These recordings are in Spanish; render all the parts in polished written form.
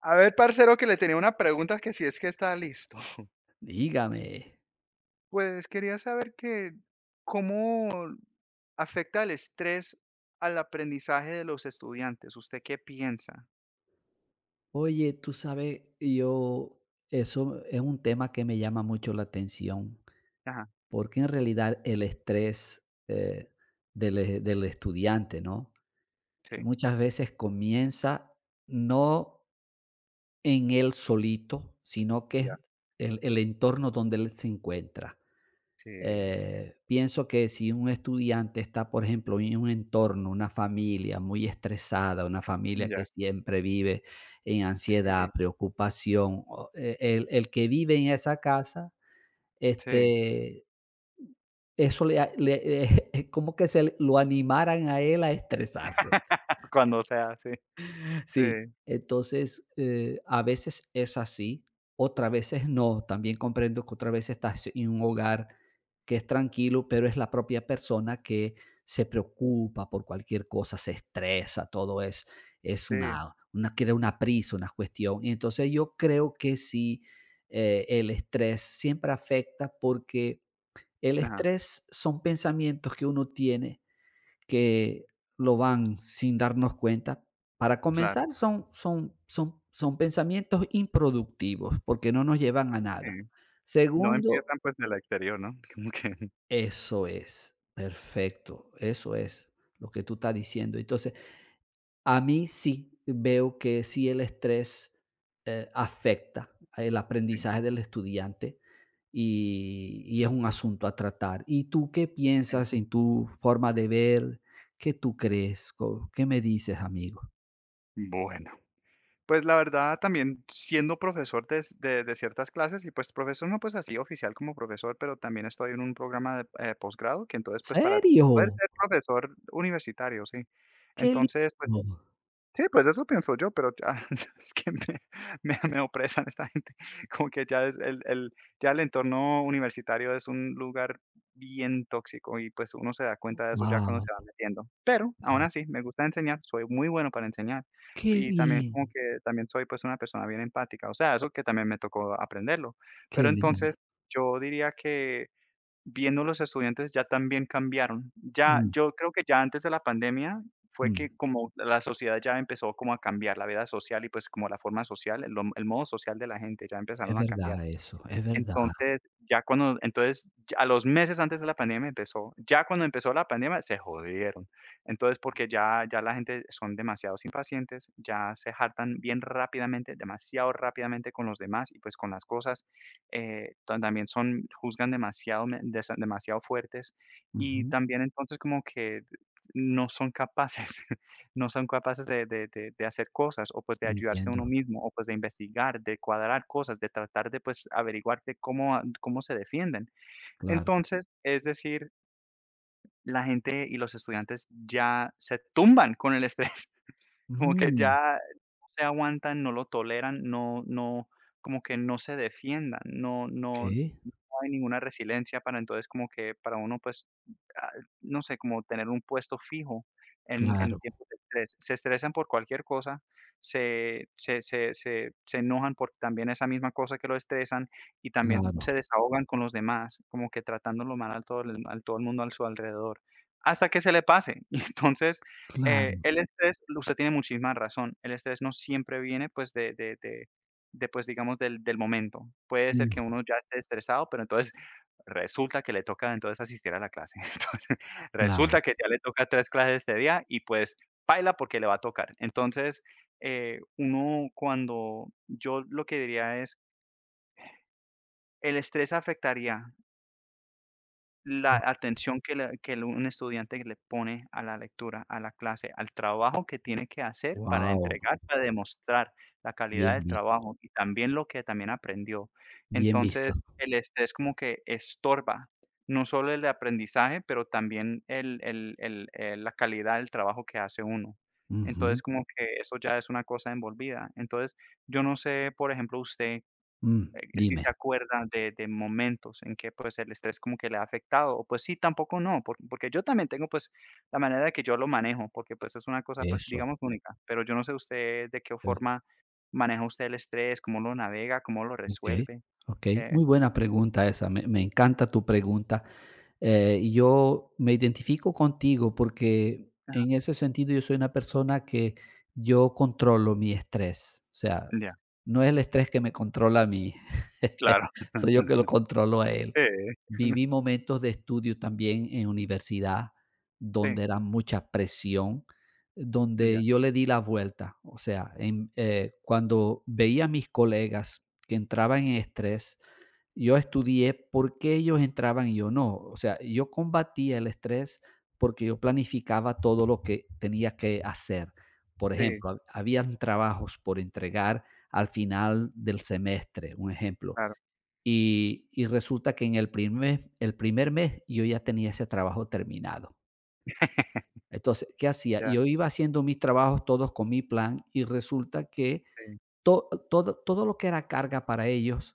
A ver, parcero, que le tenía una pregunta que si es que está listo. Dígame. Pues quería saber que cómo afecta el estrés al aprendizaje de los estudiantes. ¿Usted qué piensa? Oye, tú sabes, yo, eso es un tema que me llama mucho la atención, Ajá, porque en realidad el estrés del, del estudiante, ¿no? sí, Muchas veces comienza no en él solito, sino que ya, es el entorno donde él se encuentra. sí, sí, Pienso que si un estudiante está, por ejemplo, en un entorno, una familia muy estresada, una familia que ya, siempre vive en sí, ansiedad, preocupación, o, el que vive en esa casa, sí, este, eso le, es como que lo animaran a él a estresarse. cuando sea, sí, sí, Sí, entonces, a veces es así, otras veces no. También comprendo que otras veces estás en un hogar que es tranquilo, pero es la propia persona que se preocupa por cualquier cosa, se estresa, todo es, sí, crea una prisa, una cuestión. Y entonces yo creo que sí, el estrés siempre afecta porque el ajá, estrés son pensamientos que uno tiene que lo van sin darnos cuenta. Para claro, comenzar, son pensamientos improductivos, porque no nos llevan a sí. nada. No Segundo, empiezan pues en el exterior, ¿no? Como que, eso es, perfecto, eso es lo que tú estás diciendo. Entonces, a mí sí veo que sí el estrés, afecta el sí, aprendizaje del estudiante y es un asunto a tratar. ¿Y tú qué sí. piensas en tu forma de ver? ¿Qué tú crees? Co ¿Qué me dices, amigo? Bueno. Pues la verdad, también siendo profesor de, de ciertas clases y pues profesor no pues así oficial como profesor, pero también estoy en un programa de posgrado que entonces pues para poder ¿Serio? ser profesor universitario, sí. ¡Qué Entonces, pues lindo! sí, pues eso pienso yo, pero ya es que me opresan esta gente, como que ya es el ya el entorno universitario es un lugar bien tóxico y, pues, uno se da cuenta de eso ya cuando se va Wow. metiendo. Pero aún así me gusta enseñar, soy muy bueno para enseñar ¡Qué y también bien! como que también soy, pues, una persona bien empática, o sea, eso que también me tocó aprenderlo. Pero Qué entonces lindo. yo diría que viendo los estudiantes ya también cambiaron. Ya, Mm, yo creo que ya antes de la pandemia fue que mm. como la sociedad ya empezó como a cambiar, la vida social y pues como la forma social, el modo social de la gente ya Es empezaron a cambiar. verdad eso, es verdad. Entonces, ya cuando entonces, ya a los meses antes de la pandemia empezó ya cuando empezó la pandemia se jodieron. Entonces, porque ya ya la gente son demasiados impacientes, ya se hartan bien rápidamente, demasiado rápidamente con los demás y, pues, con las cosas, tan también son juzgan demasiado me desa demasiado fuertes y Ujú. también entonces como que no son capaces no son capaces de hacer cosas, o, pues, de ayudarse a Entiendo, uno mismo, o, pues, de investigar, de cuadrar cosas, de tratar de, pues, averiguar de cómo se defienden. claro. Entonces, es decir, la gente y los estudiantes ya se tumban con el estrés, como que Mm, ya no se aguantan, no lo toleran, no no como que no se defiendan, no no no okey. hay ninguna resiliencia para entonces como que para uno, pues, ah, no sé, como tener un puesto fijo en Claro, tiempos de estrés. Se estresan por cualquier cosa, se se se se se enojan por también esa misma cosa que lo estresan y también se claro. desahogan con los demás, como que tratándolo mal al todo el mundo a su alrededor, hasta que se le pase. Y entonces, el Claro, estrés, usted tiene muchísima razón, el estrés no siempre viene, pues, de después digamos, del momento. Puede ser que mm, uno ya esté estresado, pero entonces resulta que le toca entonces asistir a la clase. Entonces, claro. resulta que ya le toca 3 clases este día y, pues, paila porque le va a tocar. Entonces, uno cuando yo lo que diría es, el estrés afectaría la Wow, atención que un estudiante le pone a la lectura, a la clase, al trabajo que tiene que hacer para entregar, para demostrar la calidad bien del vi trabajo y también lo que también aprendió. bien visto. Entonces, el estrés como que estorba no solo el aprendizaje, pero también la calidad del trabajo que hace uno. Ujú, Entonces, como que eso ya es una cosa envolvida. Entonces, yo no sé, por ejemplo, usted mm, si se dime. acuerda de momentos en que, pues, el estrés como que le ha afectado, o, pues, sí, tampoco no, porque yo también tengo, pues, la manera de que yo lo manejo, porque, pues, es una cosa, pues, digamos, Eso, única, pero yo no sé usted de qué eh, forma maneja usted el estrés, cómo lo navega, cómo lo okey, resuelve. okey. Eh, Muy buena pregunta esa, me encanta tu pregunta. Y yo me identifico contigo porque en ese sentido yo soy una persona que yo controlo mi estrés. O sea, ya, no es el estrés que me controla a mí, claro. soy yo que lo controlo a él. Sí, Viví momentos de estudio también en universidad, sí, donde era mucha presión, ya, donde yo le di la vuelta. O sea, en, cuando veía a mis colegas que entraban en estrés, yo estudié por qué ellos entraban y yo no. O sea, yo combatía el estrés porque yo planificaba todo lo que tenía que hacer. Por sí, ejemplo, habían trabajos por entregar al final del semestre, un ejemplo. claro, Y, resulta que en el primer mes yo ya tenía ese trabajo terminado. Entonces, ¿qué hacía? ya, Yo iba haciendo mis trabajos todos con mi plan y resulta que sí, to todo todo lo que era carga para ellos,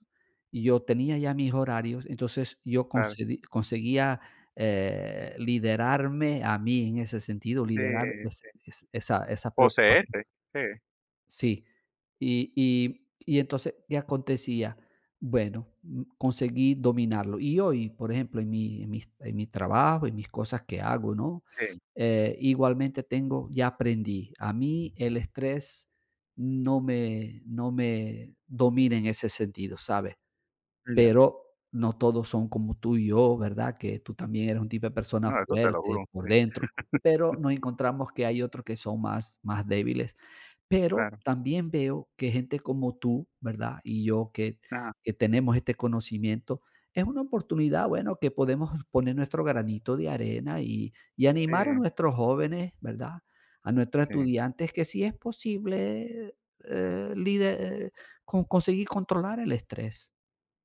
yo tenía ya mis horarios, entonces yo claro, concedí conseguía, liderarme a mí en ese sentido, sí. liderar ese esa preocupación. Poseerse, sí, Sí, y y y entonces, ¿qué acontecía? Bueno, conseguí dominarlo. Y hoy, por ejemplo, en mi trabajo, en mis cosas que hago, ¿no? sí, Igualmente tengo ya aprendí. A mí el estrés no me domina en ese sentido, ¿sabes? ya. Pero no todos son como tú y yo, ¿verdad? Que tú también eres un tipo de persona No, eso te lo fuerte juro, por sí, dentro, pero nos encontramos que hay otros que son más, más débiles. Pero claro. también veo que gente como tú, ¿verdad? Y yo Ajá, que tenemos este conocimiento, es una oportunidad, bueno, que podemos poner nuestro granito de arena y, sí, animar a nuestros jóvenes, ¿verdad? A nuestros sí, estudiantes que si es posible eh, lider- conseguir controlar el estrés.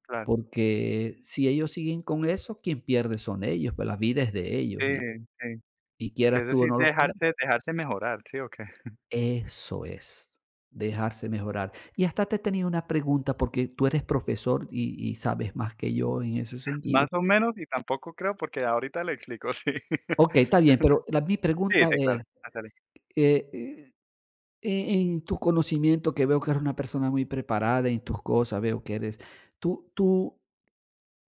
claro, Porque si ellos siguen con eso, quien pierde son ellos, pues la vida es de sí, ellos y sí. Que es quieras tú o decir, no lo quieras. dejarse mejorar, ¿sí o qué? Eso es, dejarse mejorar. Y hasta te tenía una pregunta, porque tú eres profesor y sabes más que yo en ese sentido. Más o menos, y tampoco creo, porque ahorita le explico, sí. Okey, está bien, pero la mi Sí, pregunta sí, claro. era, Ah, sale, eh, eh, en tu conocimiento, que veo que eres una persona muy preparada en tus cosas, veo que eres, ¿tú tú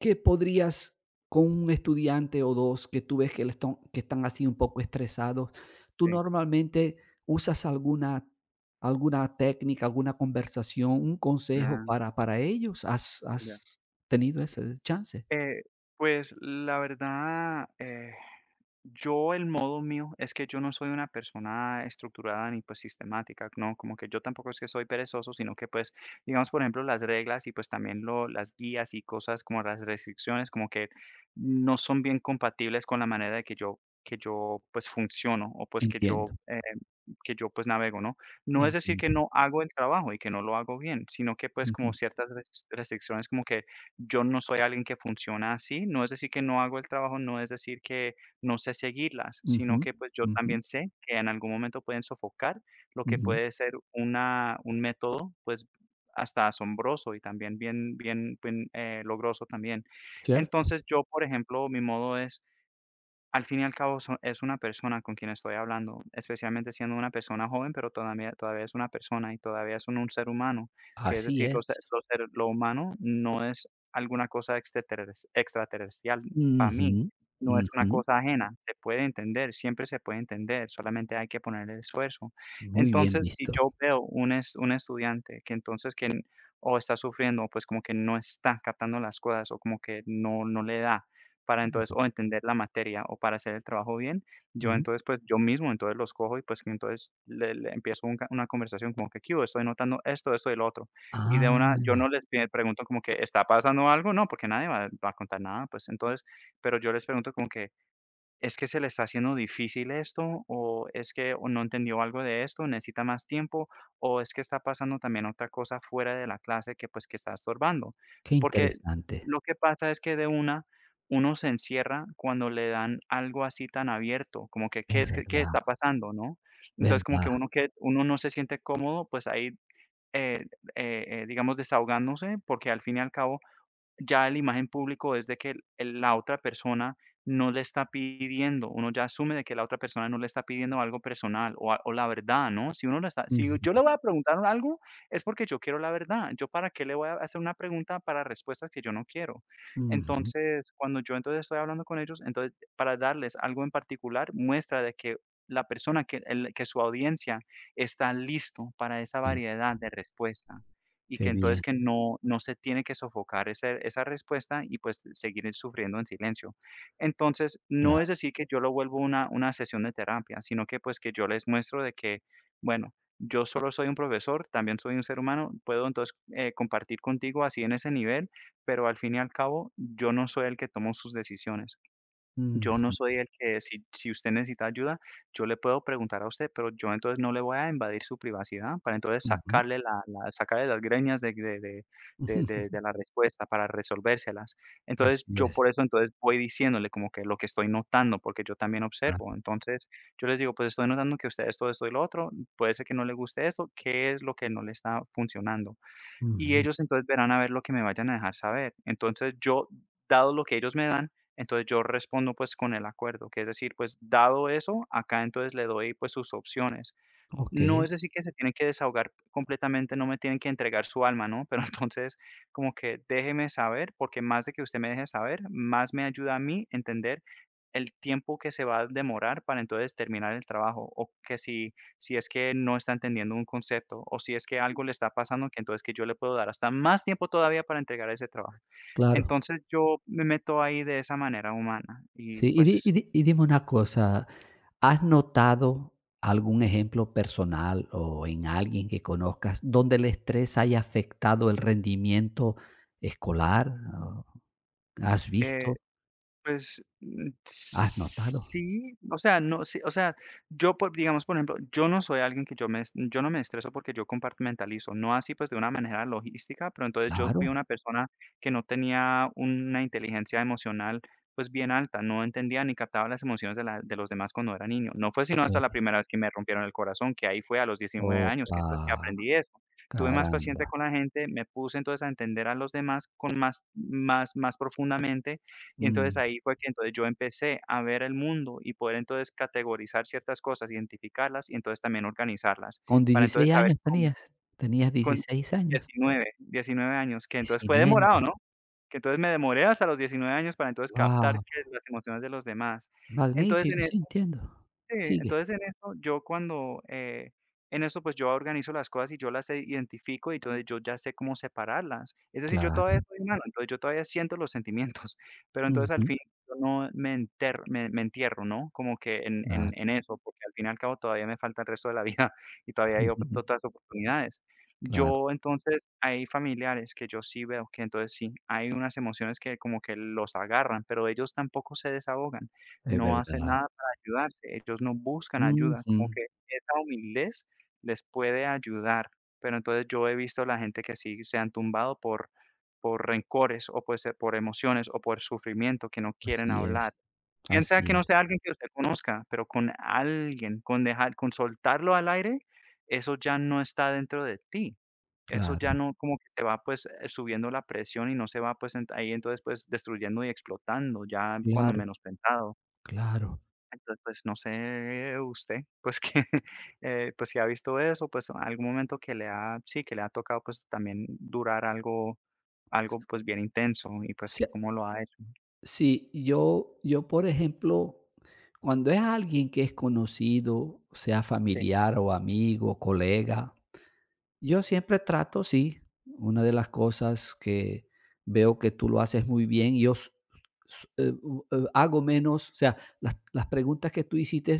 ¿Qué podrías con un estudiante o 2 que tú ves que están así un poco estresados? ¿Tú sí. normalmente usas alguna técnica, alguna conversación, un consejo Ah, para ellos? Ya. Has tenido ese chance? Eh, pues la verdad, yo el modo mío es que yo no soy una persona estructurada ni pues sistemática, ¿no? Como que yo tampoco es que soy perezoso, sino que pues, digamos, por ejemplo, las reglas y pues también lo, las guías y cosas como las restricciones, como que no son bien compatibles con la manera de que yo pues funciono o pues que yo, Entiendo, eh, que yo pues navego, ¿no? No es decir entiendo. que no hago el trabajo y que no lo hago bien, sino que pues como Ujú, ciertas restricciones como que yo no soy alguien que funciona así, no es decir que no hago el trabajo, no es decir que no sé seguirlas, sino ujú, que pues yo ujú, también sé que en algún momento pueden sofocar lo que ujú. puede ser una, un método pues hasta asombroso y también bien, bien, bien logroso también. Cierto. Entonces yo, por ejemplo, mi modo es al fin y al cabo, son es una persona con quien estoy hablando, especialmente siendo una persona joven, pero todavía es una persona y todavía es un ser humano, que es Así decir, lo es. se lo ser lo humano no es alguna cosa extraterrestrial para Ujú, mí, no es una ujú. cosa ajena, se puede entender, siempre se puede entender, solamente hay que poner el esfuerzo. Muy bien Entonces, si visto. yo veo un estudiante que entonces que o está sufriendo, pues como que no está captando las cosas o como que no le da para entonces Ujú, o entender la materia o para hacer el trabajo bien, yo ujú. entonces pues yo mismo entonces los cojo y pues que entonces le empiezo una conversación como que, ¿qué hubo? Estoy notando esto, esto y lo otro. Y de Ah, una, yo no les pregunto como que, ¿está pasando algo? No, porque nadie va a contar nada, pues entonces, pero yo les pregunto como que, ¿es que se le está haciendo difícil esto? ¿O es que o no entendió algo de esto, necesita más tiempo? ¿O es que está pasando también otra cosa fuera de la clase que está estorbando? qué Porque interesante. lo que pasa es que de una, uno se encierra cuando le dan algo así tan abierto, como que qué Es es que qué verdad, está pasando, ¿no? Entonces como que verdad. uno no se siente cómodo, pues ahí, eh digamos desahogándose, porque al fin y al cabo ya el imagen público es de que la otra persona no le está pidiendo, uno ya asume de que la otra persona no le está pidiendo algo personal o la verdad, ¿no? Si uno no está si Ujú, yo le voy a preguntar algo, es porque yo quiero la verdad, ¿yo para qué le voy a hacer una pregunta para respuestas que yo no quiero? ujú. Entonces, cuando yo entonces estoy hablando con ellos, entonces, para darles algo en particular, muestra de que la persona que su audiencia está listo para esa Sí, variedad de respuesta y que qué entonces bien, que no, no se tiene que sofocar esa respuesta y pues seguir sufriendo en silencio. Entonces, no claro. es decir que yo lo vuelvo una sesión de terapia, sino que pues que yo les muestro de que, bueno, yo solo soy un profesor, también soy un ser humano, puedo entonces compartir contigo así en ese nivel, pero al fin y al cabo yo no soy el que tomo sus decisiones. Yo no Ujú, soy el que si si usted necesita ayuda, yo le puedo preguntar a usted, pero yo entonces no le voy a invadir su privacidad para entonces ujú. sacarle la la sacarle las greñas de de de de de ujú. de la respuesta para resolvérselas. Entonces, Así yo es, por eso entonces voy diciéndole como que lo que estoy notando, porque yo también observo. claro. Entonces, yo les digo: "Pues estoy notando que a usted esto, esto y lo otro, puede ser que no le guste esto, ¿qué es lo que no le está funcionando?", y Ujú. ellos entonces verán a ver lo que me vayan a dejar saber. Entonces yo, dado lo que ellos me dan, entonces yo respondo pues con el acuerdo, que es decir, pues dado eso, acá entonces le doy pues sus opciones. No Okey, es decir que se tienen que desahogar completamente, no me tienen que entregar su alma, ¿no? Pero entonces, como que déjeme saber, porque más de que usted me deje saber, más me ayuda a mí entender el tiempo que se va a demorar para entonces terminar el trabajo, o que si, si es que no está entendiendo un concepto, o si es que algo le está pasando, que entonces que yo le puedo dar hasta más tiempo todavía para entregar ese trabajo. claro. Entonces yo me meto ahí de esa manera humana y Sí, y di y pues, di y dime una cosa, ¿has notado algún ejemplo personal o en alguien que conozcas donde el estrés haya afectado el rendimiento escolar? ¿O has eh visto? pues, mm, ¿Has notado? sí, o sea, no sí, o sea, yo por digamos, por ejemplo, yo no soy alguien que yo no me estreso porque yo compartimentalizo, no así, pues, de una manera logística, pero entonces yo fui Claro, una persona que no tenía una inteligencia emocional, pues, bien alta, no entendía ni captaba las emociones de la de los demás cuando era niño. No fue sino hasta la okey. primera vez que me rompieron el corazón, que ahí fue a los 19 años, que Opa, entonces que aprendí eso. Tuve más paciencia caramba. con la gente, me puse entonces a entender a los demás con más profundamente y entonces Mm. ahí fue que entonces yo empecé a ver el mundo y poder entonces categorizar ciertas cosas, identificarlas y entonces también organizarlas, Con para entonces 16 saber años con tenías, tenías con 16 años, 19, 19 años, que entonces fue demorado, 19, ¿no? Que entonces me demoré hasta los 19 años para entonces captar qué guau, es las emociones de los demás. Entonces en magnífico, sí, entiendo. Sí, Sigue. entonces en eso yo cuando, en eso, pues, yo organizo las cosas y yo las identifico, y entonces yo ya sé cómo separarlas. Es decir, yo Claro, todavía soy humano, entonces yo todavía siento los sentimientos, pero entonces al ujú, fin yo no me enter me me entierro, ¿no? Como que en en claro, en eso, porque al fin y al cabo todavía me falta el resto de la vida y todavía hay op ujú, otras oportunidades. claro, Yo entonces hay familiares que yo sí veo que entonces sí, hay unas emociones que como que los agarran, pero ellos tampoco se desahogan, es no hacen verdad, nada ayudarse, ellos no buscan ayuda, ujú, como que esa humildez les puede ayudar, pero entonces yo he visto la gente que sí se han tumbado por rencores o puede ser por emociones o por sufrimiento que no quieren así hablar. es, Piensa así que no es, sea alguien que usted conozca, pero con alguien, con soltarlo al aire, eso ya no está dentro de ti. Eso ya claro, no como que te va, pues, subiendo la presión y no se va, pues, ent ahí entonces, pues, destruyendo y explotando ya cuando claro, menos pensado. claro. Entonces, pues no sé usted, pues que, pues si ha visto eso, pues en algún momento que le ha, sí, que le ha tocado pues también durar algo, pues bien intenso y pues Sí, que cómo lo ha hecho. sí, yo, por ejemplo, cuando es alguien que es conocido, sea Sí, familiar o amigo, colega. Yo siempre trato, sí, una de las cosas que veo que tú lo haces muy bien, yo hago menos, o sea, las preguntas que tú hiciste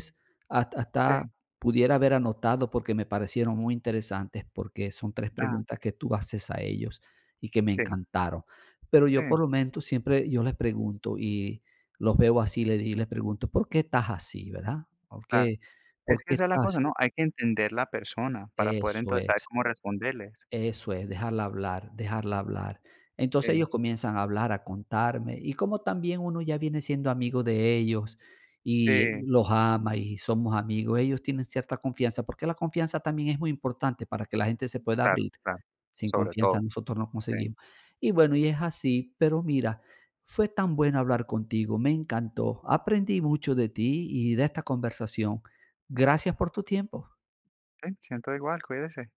sí, hasta, pudiera haber anotado porque me parecieron muy interesantes, porque son tres ah, preguntas que tú haces a ellos y que me sí, encantaron. Pero yo sí, por lo menos siempre yo les pregunto y los veo así les, y les pregunto, ¿por qué estás así, verdad? ¿Por claro. qué, Es por que qué esa es la estás? cosa, ¿no? Hay que entender la persona para poder Eso entonces saber es. cómo responderles. Eso es, dejarla hablar, dejarla hablar. Entonces ellos Sí, comienzan a hablar, a contarme, y como también uno ya viene siendo amigo de ellos y sí, los ama y somos amigos, ellos tienen cierta confianza, porque la confianza también es muy importante para que la gente se pueda claro, abrir. claro, Sin sobre confianza todo. nosotros no Sí, conseguimos. Y bueno, y es así, pero mira, fue tan bueno hablar contigo, me encantó, aprendí mucho de ti y de esta conversación. Gracias por tu tiempo. sí, siento igual, cuídese.